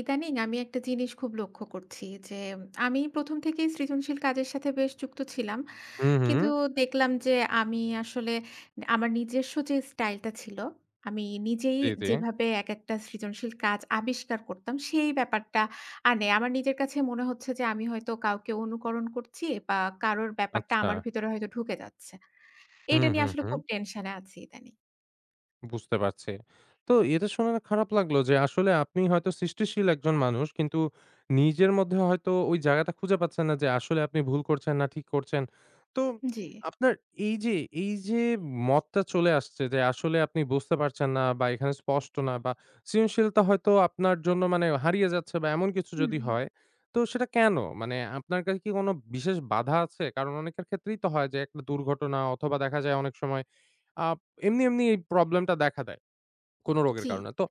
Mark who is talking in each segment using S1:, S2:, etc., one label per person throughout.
S1: ইদানিং আমি একটা জিনিস খুব লক্ষ্য করছি যে আমি ১ম থেকেই সৃজনশীল কাজের সাথে বেশ যুক্ত ছিলাম।
S2: হুম, হুম।
S1: কিন্তু দেখলাম যে আমি আসলে আমার নিজস্ব যে স্টাইলটা ছিল, আমি নিজেই
S2: জি, জি।
S1: যেভাবে একেকটা সৃজনশীল কাজ আবিষ্কার করতাম সেই ব্যাপারটা আর নেই। আমার নিজের কাছে মনে হচ্ছে যে আমি হয়তো কাউকে অনুকরণ করছি বা কারোর ব্যাপারটা
S2: আচ্ছা।
S1: আমার ভিতরে হয়তো ঢুকে যাচ্ছে। এটা
S2: হুম,
S1: নিয়ে
S2: হুম,
S1: আসলে
S2: হুম।
S1: খুব টেনশন এ আছি ইদানিং।
S2: বুঝতে পারছি। তো এটা শুনে না খারাপ লাগলো যে আসলে আপনি হয়তো সৃষ্টিশীল একজন মানুষ কিন্তু নিজের মধ্যে হয়তো ওই জায়গাটা খুঁজে পাচ্ছেন না যে আসলে আপনি ভুল করছেন না ঠিক করছেন। তো
S1: জি।
S2: আপনার এই যে, এই যে মতটা চলে আসছে যে আসলে আপনি বুঝতে পারছেন না বা এখানে স্পষ্ট না বা সৃজনশীলতা হয়তো আপনার জন্য মানে হারিয়ে যাচ্ছে বা এমন কিছু যদি
S1: হুম,
S2: হয়, তো সেটা কেন? মানে আপনার কাছে কি কোনো বিশেষ বাধা আছে? কারণ অনেকের ক্ষেত্রেই তো হয় যে একটা দুর্ঘটনা অথবা দেখা যায় অনেক সময় আপ এমনি, এমনি এই প্রবলেমটা দেখা দেয় কোন রোগের
S1: জি।
S2: কারণে। তো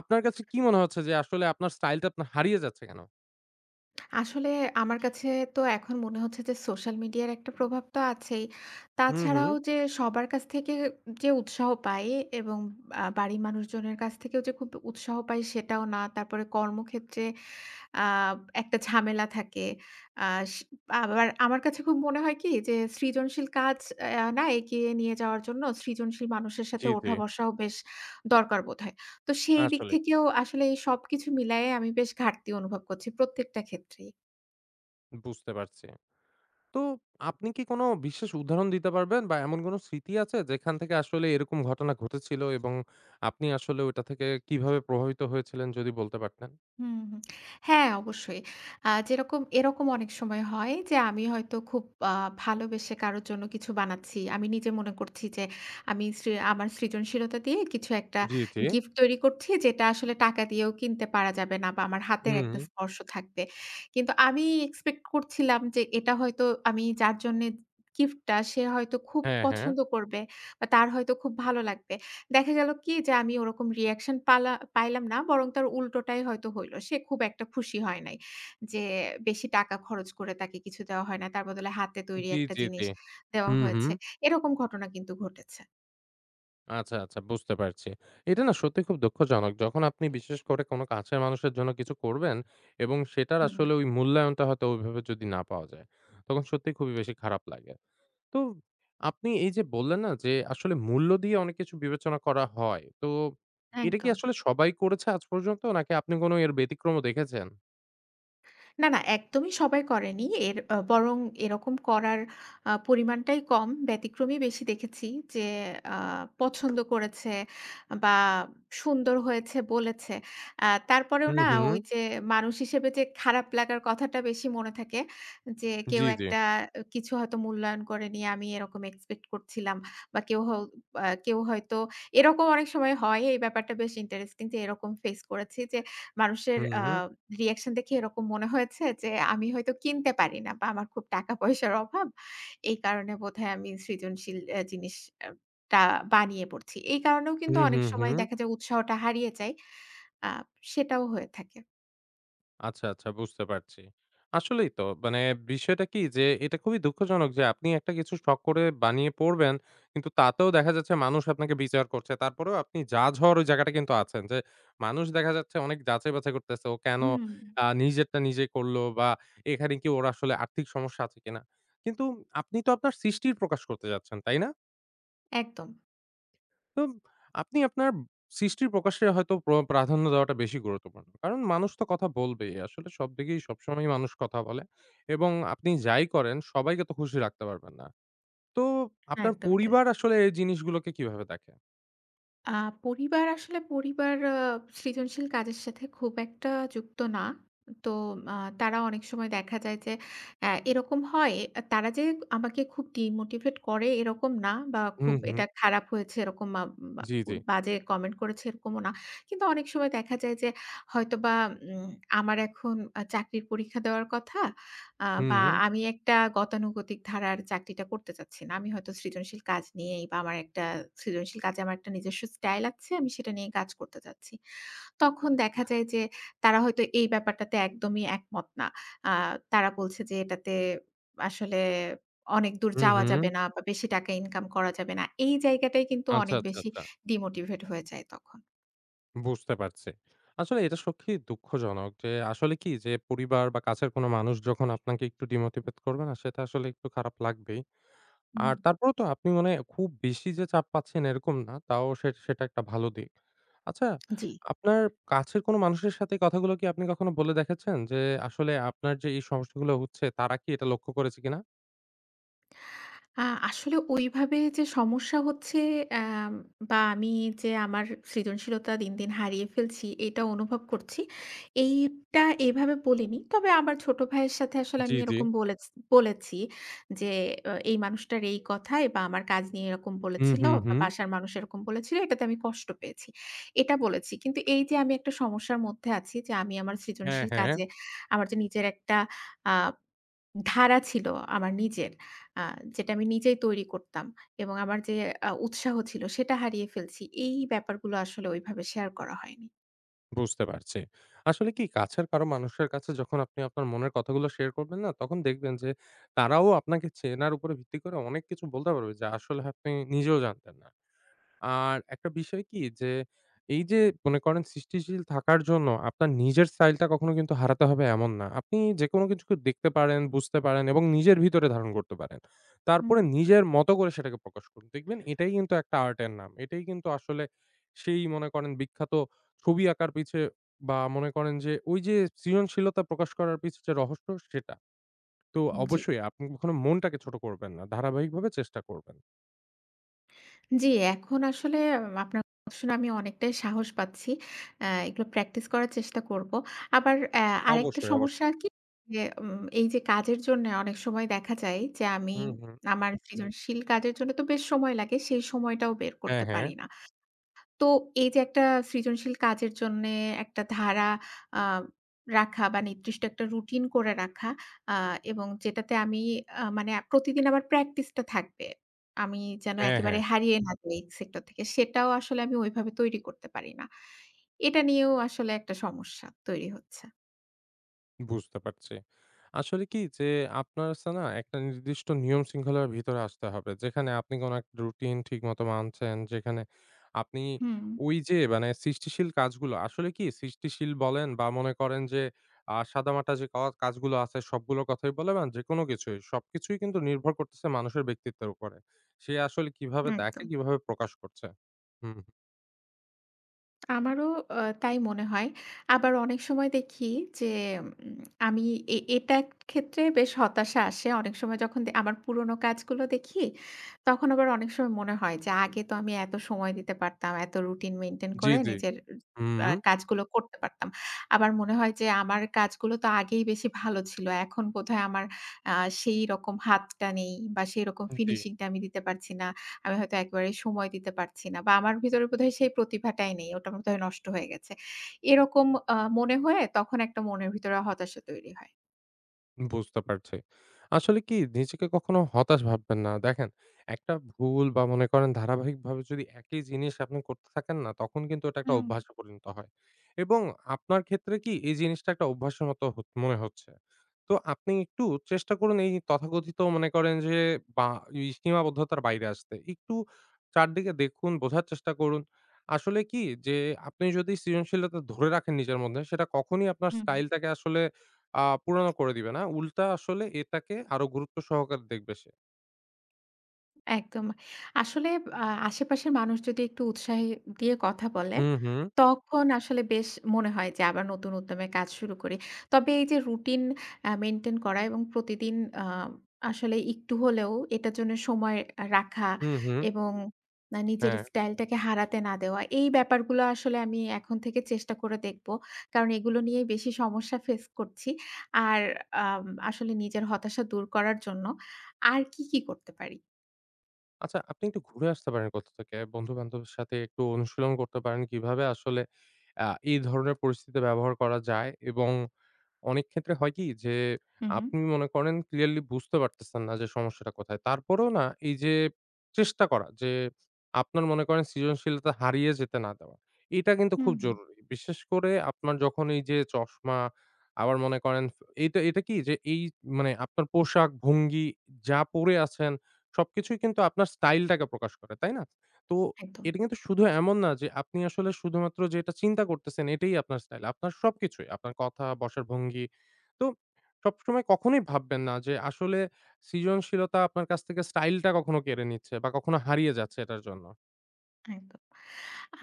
S2: আপনার কাছে কি মনে হচ্ছে যে আসলে আপনার স্টাইলটা আপনার হারিয়ে যাচ্ছে কেন?
S1: আসলে আমার কাছে তো এখন মনে হচ্ছে যে সোশ্যাল মিডিয়ার একটা প্রভাব তো আছেই।
S2: হুম, হুম।
S1: তাছাড়াও যে সবার কাছ থেকে যে উৎসাহ পাই এবং বাড়ির মানুষজনের কাছ থেকেও যে খুব উৎসাহ পাই সেটাও না। তারপরে কর্মক্ষেত্রে আ একটা ঝামেলা থাকে। আ সে আবার আমার কাছে খুব মনে হয় কি যে সৃজনশীল কাজ আ না এগিয়ে নিয়ে যাওয়ার জন্য সৃজনশীল মানুষের সাথে
S2: জি, জি।
S1: ওঠা-বসাও বেশ দরকার বোধহয়। তো সেই দিক
S2: আসলেই
S1: থেকেও আসলে এই সবকিছু মিলায়ে আমি বেশ ঘাটতি অনুভব করছি প্রত্যেকটা ক্ষেত্রেই।
S2: বুঝতে পারছি। তো আপনি কি কোন বিশেষ উদাহরণ দিতে পারবেন বা এমন কোন স্মৃতি আছে যেখান থেকে আসলে এরকম ঘটনা ঘটেছিল এবং আপনি আসলে ওটা থেকে কিভাবে প্রভাবিত হয়েছিলেন যদি বলতে পারতেন?
S1: হুম, হুম। হ্যাঁ, অবশ্যই। যেরকম এরকম অনেক সময় হয় যে আমি হয়তো খুব আ ভালোবেসে কারো জন্য কিছু বানাচ্ছি। আমি নিজে মনে করছি যে আমি সৃ আমার সৃজনশীলতা দিয়ে কিছু একটা
S2: জি, জি।
S1: গিফট তৈরি করছি যেটা আসলে টাকা দিয়েও কিনতে পারা যাবে না বা আমার হাতের
S2: হুম,
S1: একটা
S2: হুম।
S1: স্পর্শ থাকবে। কিন্তু আমি এক্সপেক্ট করছিলাম যে এটা হয়তো আমি যার জন্যে গিফটটা সে হয়তো খুব
S2: হ্যাঁ, হ্যাঁ।
S1: পছন্দ করবে বা তার হয়তো খুব ভালো লাগবে। দেখা গেল কি যে আমি ওরকম রিঅ্যাকশন পালা পাইলাম না। বরং তার উল্টোটাই হয়তো হইল। সে খুব একটা খুশি হয় নাই। যে বেশি টাকা খরচ করে তাকে কিছু দেওয়া হয় না। তার বদলে হাতে তৈরি
S2: জি,
S1: একটা
S2: জি, জি।
S1: জিনিস দেওয়া
S2: হুম, হুম।
S1: হয়েছে। এরকম ঘটনা কিন্তু ঘটেছে।
S2: আচ্ছা, আচ্ছা বুঝতে পারছি। এটা না সত্যি খুব দুঃখজনক। যখন আপনি বিশেষ করে কোনো কাছের মানুষের জন্য কিছু করবেন এবং সেটার
S1: হুম,
S2: আসলে ওই মূল্যায়নটা হয়তো ওইভাবে যদি না পাওয়া যায়, তখন সত্যিই খুবই বেশি খারাপ লাগে। তো আপনি এই যে বললেন না যে আসলে মূল্য দিয়ে অনেক কিছু বিবেচনা করা হয়। তো এটা কি
S1: একদম।
S2: আসলে সবাই করেছে আজ পর্যন্ত নাকি আপনি কোনো এর ব্যতিক্রমও দেখেছেন?
S1: না, না একদমই সবাই করেনি। এর বরং এরকম করার পরিমাণটাই কম। ব্যতিক্রমই বেশি দেখেছি যে আ পছন্দ করেছে বা সুন্দর হয়েছে বলেছে। তারপরেও
S2: হুম,
S1: না
S2: হুম।
S1: ওই যে মানুষ হিসেবে যে খারাপ লাগার কথাটা বেশি মনে থাকে। যে
S2: জি,
S1: কেউ
S2: জি।
S1: একটা কিছু হয়তো মূল্যায়ন করেনি। আমি এরকম এক্সপেক্ট করছিলাম বা কেউ হ আ কেউ হয়তো এরকম অনেক সময় হয়। এই ব্যাপারটা বেশ ইন্টারেস্টিং যে এরকম ফেস করেছি যে মানুষের
S2: হুম,
S1: রিঅ্যাকশন দেখে এরকম মনে হয়েছে যে, আমি হয়তো কিনতে পারি না বা আমার খুব টাকা-পয়সার অভাব। এই কারণে বোধহয় আমি সৃজনশীল জিনিস টা বানিয়ে পড়ছি। এই কারণেও কিন্তু
S2: হুম,
S1: অনেক
S2: হুম,
S1: সময়
S2: হুম।
S1: দেখা যায় উৎসাহটা হারিয়ে যায়। আ সেটাও হয়ে থাকে।
S2: আচ্ছা, আচ্ছা বুঝতে পারছি। আসলেই তো মানে বিষয়টা কি যে এটা খুবই দুঃখজনক যে আপনি একটা কিছু শখ করে বানিয়ে পড়বেন। কিন্তু তাতেও দেখা যাচ্ছে মানুষ আপনাকে বিচার করছে। তারপরেও আপনি জাজ হওয়ার ওই জায়গাটা কিন্তু আছেন যে মানুষ দেখা যাচ্ছে অনেক যাচাই-বাছাই করতেছে। ও কেন
S1: হুম,
S2: নিজেরটা নিজে করলো বা এখানে কি ওর আসলে আর্থিক সমস্যা আছে কিনা? কিন্তু আপনি তো আপনার সৃষ্টির প্রকাশ করতে যাচ্ছেন, তাই না?
S1: একদম।
S2: তো আপনি আপনার সৃষ্টির প্রকাশে হয়তো প্রাধান্য দেওয়াটা বেশি গুরুত্বপূর্ণ। কারণ মানুষ তো কথা বলবেই। আসলে সব দিকেই সবসময়ই মানুষ কথা বলে এবং আপনি যাই করেন সবাইকে তো খুশি রাখতে পারবেন না। তো আপনার
S1: একদমই তাই।
S2: পরিবার আসলে এই জিনিসগুলোকে কিভাবে দেখে?
S1: আ পরিবার আসলে পরিবার সৃজনশীল কাজের সাথে খুব একটা যুক্ত না। তো আ তারা অনেক সময় দেখা যায় যে এরকম হয় তারা যে আমাকে খুব ডিমোটিভেট করে এরকম না বা
S2: হুম,
S1: খুব
S2: হুম।
S1: এটা খারাপ হয়েছে এরকম বা
S2: জি, জি।
S1: বাজে কমেন্ট করেছে এরকমও না। কিন্তু অনেক সময় দেখা যায় যে হয়তোবা উম আমার এখন চাকরির পরীক্ষা দেওয়ার কথা। বা
S2: হুম,
S1: আমি একটা গতানুগতিক ধারার চাকরিটা করতে চাচ্ছি না। আমি হয়তো সৃজনশীল কাজ নিয়েই বা আমার একটা সৃজনশীল কাজে আমার একটা নিজস্ব স্টাইল আছে, আমি সেটা নিয়ে কাজ করতে চাচ্ছি। তখন দেখা যায় যে তারা হয়তো এই ব্যাপারটাতে একদমই একমত না। আ তারা বলছে যে এটাতে আসলে অনেক দূর
S2: হুম,
S1: যাওয়া
S2: হুম।
S1: যাবে না বা বেশি টাকা ইনকাম করা যাবে না। এই জায়গাটাই কিন্তু
S2: আচ্ছা,
S1: অনেক
S2: আচ্ছা,
S1: বেশি
S2: আচ্ছা।
S1: ডিমোটিভেট হয়ে যায় তখন।
S2: বুঝতে পারছি। আসলে এটা সত্যিই দুঃখজনক যে আসলে কি যে পরিবার বা কাছের কোনো মানুষ যখন আপনাকে একটু ডিমোটিভেট করবে না সেটা আসলে একটু খারাপ লাগবেই।
S1: হুম,
S2: আর তারপরেও তো আপনি মানে খুব বেশি যে চাপ পাচ্ছেন এরকম না। তাও সে সেটা একটা ভালো দিক। আচ্ছা,
S1: জি।
S2: আপনার কাছের কোনো মানুষের সাথে এই কথাগুলো কি আপনি কখনো বলে দেখেছেন? যে আসলে আপনার যে এই সমস্যাগুলো হচ্ছে তারা কি এটা লক্ষ্য করেছে কিনা?
S1: আ আসলে ওইভাবে যে সমস্যা হচ্ছে আম বা আমি যে আমার সৃজনশীলতা দিন দিন হারিয়ে ফেলছি এটা অনুভব করছি। এইটা এভাবে বলিনি। তবে আমার ছোট ভাইয়ের সাথে আসলে
S2: জি,
S1: আমি
S2: জি।
S1: এরকম বলেছি যে, এই মানুষটার এই কথায় বা আমার কাজ নিয়ে এরকম
S2: হুম,
S1: বলেছিল
S2: হুম,
S1: বা
S2: হুম।
S1: বাসার মানুষ এরকম বলেছিল, এটাতে আমি কষ্ট পেয়েছি।" এটা বলেছি। কিন্তু এই যে আমি একটা সমস্যার মধ্যে আছি যে আমি আমার
S2: হ্যাঁ,
S1: সৃজনশীল
S2: হ্যাঁ,
S1: কাজে আমার যে নিজের একটা আ ধারা ছিল আমার নিজের। আ যেটা আমি নিজেই তৈরি করতাম এবং আমার যে উৎসাহ ছিল সেটা হারিয়ে ফেলছি। এই ব্যাপারগুলো আসলে ওইভাবে শেয়ার করা হয়নি।
S2: বুঝতে পারছি। আসলে কি কাছের কারো মানুষের কাছে যখন আপনি আপনার মনের কথাগুলো শেয়ার করবেন না, তখন দেখবেন যে তারাও আপনাকে চেনার উপরে ভিত্তি করে অনেক কিছু বলতে পারবে যা আসলে আপনি নিজেও জানতেন না। আর একটা বিষয় কি যে, এই যে মনে করেন সৃষ্টিশীল থাকার জন্য আপনার নিজের স্টাইলটা কখনো কিন্তু হারাতে হবে এমন না। আপনি যেকোনো কিছুকে দেখতে পারেন, বুঝতে পারেন এবং নিজের ভিতরে ধারণ করতে পারেন।
S1: হুম,
S2: তারপরে নিজের মতো করে সেটাকে প্রকাশ করুন। দেখবেন এটাই কিন্তু একটা আর্টের নাম। এটাই কিন্তু আসলে সেই মনে করেন বিখ্যাত ছবি আঁকার পিছে বা মনে করেন যে ওই যে সৃজনশীলতা প্রকাশ করার পিছে যে রহস্য সেটা। তো
S1: জি।
S2: অবশ্যই আপনি কখনো মনটাকে ছোট করবেন না। ধারাবাহিকভাবে চেষ্টা করবেন।
S1: জি, এখন আসলে আপনার কথা শুনে আমি অনেকটাই সাহস পাচ্ছি। এগুলো প্র্যাকটিস করার চেষ্টা করব। আবার আরেকটা
S2: অবশ্যই, অবশ্যই।
S1: সমস্যা কি যে এই যে কাজের জন্যে অনেক সময় দেখা যায় যে
S2: হুম, হুম।
S1: আমার সৃজনশীল কাজের জন্য তো বেশ সময় লাগে। সেই সময়টাও বের
S2: হ্যাঁ,
S1: করতে
S2: হ্যাঁ।
S1: পারি না। তো এই যে একটা সৃজনশীল কাজের জন্যে একটা ধারা আ রাখা বা নির্দিষ্ট একটা রুটিন করে রাখা আ এবং যেটাতে আমি মানে প্রতিদিন আমার প্র্যাকটিসটা থাকবে। আমি যেন
S2: হ্যাঁ,
S1: একেবারে
S2: হ্যাঁ,
S1: হারিয়ে না যাই সেক্টর থেকে। সেটাও আসলে আমি ওইভাবে তৈরি করতে পারি না। এটা নিয়েও আসলে একটা সমস্যা তৈরি হচ্ছে।
S2: বুঝতে পারছি। আসলে কি যে আপনার আছে না একটা নির্দিষ্ট নিয়ম শৃঙ্খলার ভিতরে আসতে হবে। যেখানে আপনি কোন একটা রুটিন ঠিকমতো মানছেন, যেখানে আপনি
S1: হুম,
S2: ওই যে মানে সৃষ্টিশীল কাজগুলো আসলে কি সৃষ্টিশীল বলেন বা মনে করেন যে সাদামাটা যে কাজগুলো আছে সবগুলো কথাই বলবেন যেকোনো কিছুই। সবকিছুই কিন্তু নির্ভর করতেছে মানুষের ব্যক্তিত্বের উপরে। সে আসলে কিভাবে দেখে,
S1: একদম।
S2: কিভাবে প্রকাশ করছে। হুম,
S1: আমারও তাই মনে হয়। আবার অনেক সময় দেখি যে উম আমি এ এটার ক্ষেত্রে বেশ হতাশা আসে। অনেক সময় যখন আমার পুরোনো কাজগুলো দেখি, তখন আবার অনেক সময় মনে হয় যে আগে তো আমি এত সময় দিতে পারতাম, এত রুটিন মেইনটেইন
S2: জি,
S1: করে
S2: জি।
S1: নিজের
S2: হুম,
S1: কাজগুলো করতে পারতাম। আবার মনে হয় যে আমার কাজগুলো তো আগেই বেশি ভালো ছিল। এখন বোধহয় আমার আ সেই রকম হাতটা নেই বা সেই রকম
S2: জি।
S1: ফিনিশিংটা আমি দিতে পারছি না। আমি হয়তো একেবারে সময় দিতে পারছি না বা আমার ভিতরে বোধহয় সেই প্রতিভাটাই নেই। ওটা বোধহয় নষ্ট হয়ে গেছে। এরকম মনে হয়ে তখন একটা মনের ভিতরে হতাশা তৈরি হয়।
S2: বুঝতে পারছি। আসলে কি নিজেকে কখনো হতাশ ভাববেন না। দেখেন, একটা ভুল বা মনে করেন ধারাবাহিকভাবে যদি একই জিনিস আপনি করতে থাকেন না, তখন কিন্তু ওটা একটা
S1: হুম,
S2: অভ্যাসে পরিণত হয়। এবং আপনার ক্ষেত্রে কি এই জিনিসটা একটা অভ্যাসের মতো মনে হচ্ছে। তো আপনি একটু চেষ্টা করুন এই তথাকথিত মনে করেন যে বা এই সীমাবদ্ধতার বাইরে আসতে। একটু চারদিকে দেখুন, বোঝার চেষ্টা করুন। আসলে কি যে আপনি যদি সৃজনশীলতা ধরে রাখেন নিজের মধ্যে, সেটা কখনই আপনার
S1: হুম।
S2: স্টাইলটাকে আসলে আ পুরানো করে দিবে না। উল্টা আসলে এটাকে আরো গুরুত্ব সহকারে দেখবে সে।
S1: একদম। আসলে আশেপাশের মানুষ যদি একটু উৎসাহী দিয়ে কথা বলে,
S2: হুম, হুম।
S1: তখন আসলে বেশ মনে হয় যে আবার নতুন উদ্যমে কাজ শুরু করি। তবে এই যে রুটিন মেইনটেইন করা এবং প্রতিদিন আ আসলে একটু হলেও এটার জন্য সময় রাখা
S2: হুম, হুম।
S1: এবং নিজের
S2: হ্যাঁ।
S1: স্টাইলটাকে হারাতে না দেওয়া। এই ব্যাপারগুলো আসলে আমি এখন থেকে চেষ্টা করে দেখব। কারণ এগুলো নিয়েই বেশি সমস্যা ফেস করছি। আর আম আসলে নিজের হতাশা দূর করার জন্য আর কি করতে পারি?
S2: আচ্ছা আপনি একটু ঘুরে আসতে পারেন কোথা থেকে। বন্ধু-বান্ধবের সাথে একটু অনুশীলন করতে পারেন কিভাবে আসলে এই ধরনের পরিস্থিতিতে ব্যবহার করা যায় এবং অনেক ক্ষেত্রে হয় কি যে
S1: হুম।
S2: আপনি মনে করেন ক্লিয়ারলি বুঝতে পারতেছেন না যে সমস্যাটা কোথায়। তারপরেও না এই যে চেষ্টা করা যে আপনার মনে করেন সৃজনশীলতা হারিয়ে যেতে না দেওয়া। এটা কিন্তু খুব
S1: হুম, হুম।
S2: জরুরি। বিশেষ করে আপনার যখন এই যে চশমা আবার মনে করেন এটা কি যে এই মানে আপনার পোশাক, ভঙ্গি যা পরে আছেন সবকিছুই কিন্তু আপনার স্টাইলটাকে প্রকাশ করে, তাই না? তো
S1: একদম,
S2: এটা কিন্তু শুধু এমন না যে আপনি আসলে শুধুমাত্র যেটা চিন্তা করতেছেন এটাই আপনার স্টাইল। আপনার সবকিছুই। আপনার কথা, বসার ভঙ্গি। তো সবসময় কখনোই ভাববেন না যে আসলে সৃজনশীলতা আপনার কাছ থেকে স্টাইলটা কখনো কেড়ে নিচ্ছে বা কখনো হারিয়ে যাচ্ছে এটার জন্য।
S1: একদম।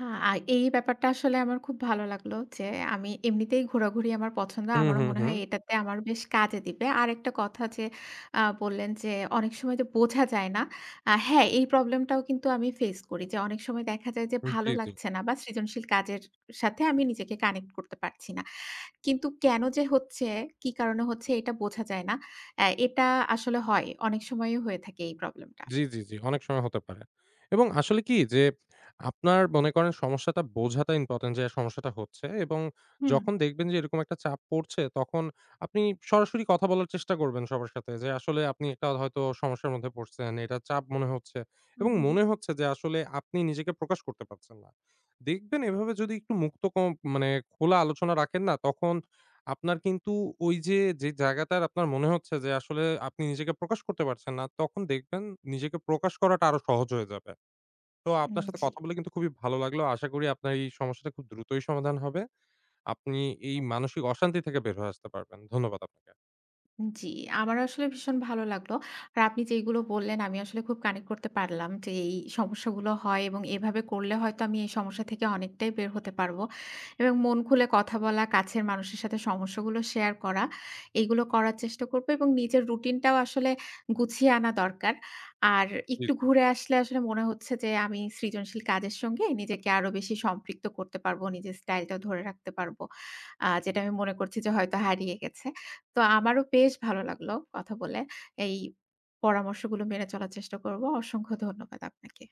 S1: আ আর এই ব্যাপারটা আসলে আমার খুব ভালো লাগলো যে, আমি এমনিতেই ঘোরাঘুরি আমার পছন্দ।
S2: হুম,
S1: আমারও
S2: হুম,
S1: মনে
S2: হুম।
S1: হয় এটাতে আমার বেশ কাজে দিবে। আরেকটা কথা যে, বললেন যে, অনেক সময় যে বোঝা যায় না। হ্যাঁ, এই প্রবলেমটাও কিন্তু আমি ফেস করি যে, অনেক সময় দেখা যায় যে
S2: জি,
S1: ভালো
S2: জি।
S1: লাগছে না বা সৃজনশীল কাজের সাথে আমি নিজেকে কানেক্ট করতে পারছি না। কিন্তু কেন যে হচ্ছে, কি কারণে হচ্ছে এটা বোঝা যায় না। এটা আসলে হয়। অনেক সময়ই হয়ে থাকে এই প্রবলেমটা।
S2: জি, জি, জি। অনেক সময় হতে পারে। এবং আসলে কি যে আপনার মনে করেন সমস্যাটা বোঝাটা ইম্পোর্টেন্ট যে সমস্যাটা হচ্ছে এবং
S1: হুম।
S2: যখন দেখবেন যে এরকম একটা চাপ পড়ছে তখন আপনি সরাসরি কথা বলার চেষ্টা করবেন সবার সাথে যে আসলে আপনি একটা হয়তো সমস্যার মধ্যে পড়ছেন, এটা চাপ মনে হচ্ছে
S1: হু,
S2: এবং
S1: হু, হু।
S2: মনে হচ্ছে যে আসলে আপনি নিজেকে প্রকাশ করতে পারছেন না। দেখবেন এভাবে যদি একটু মুক্ত ক মানে খোলা আলোচনা রাখেন না তখন আপনার কিন্তু ওই যে, যে জায়গাটার আপনার মনে হচ্ছে যে আসলে আপনি নিজেকে প্রকাশ করতে পারছেন না, তখন দেখবেন নিজেকে প্রকাশ করাটা আরো সহজ হয়ে যাবে। তো আপনার সাথে
S1: জি,
S2: কথা বলে কিন্তু খুবই ভালো লাগলো। আশা করি আপনার এই সমস্যাটা খুব দ্রুতই সমাধান হবে। আপনি এই মানসিক অশান্তি থেকে বের হয়ে আসতে পারবেন। ধন্যবাদ আপনাকে।
S1: জি। আমারও আসলে ভীষণ ভালো লাগলো। আর আপনি যেইগুলো বললেন আমি আসলে খুব কানেক্ট করতে পারলাম যে এই সমস্যাগুলো হয় এবং এভাবে করলে হয়তো আমি এই সমস্যা থেকে অনেকটাই বের হতে পারবো। এবং মন খুলে কথা বলা, কাছের মানুষের সাথে সমস্যাগুলো শেয়ার করা, এগুলো করার চেষ্টা করব এবং নিজের রুটিনটাও আসলে গুছিয়ে আনা দরকার। আর
S2: জি,
S1: একটু
S2: জি।
S1: ঘুরে আসলে আসলে মনে হচ্ছে যে আমি সৃজনশীল কাজের সঙ্গে নিজেকে আরো বেশি সম্পৃক্ত করতে পারবো, নিজের স্টাইলটা ধরে রাখতে পারবো। যেটা আমি মনে করছি যে হয়তো হারিয়ে গেছে। তো আমারও বেশ ভালো লাগলো কথা বলে। এই পরামর্শগুলো মেনে চলার চেষ্টা করব। অসংখ্য ধন্যবাদ আপনাকে।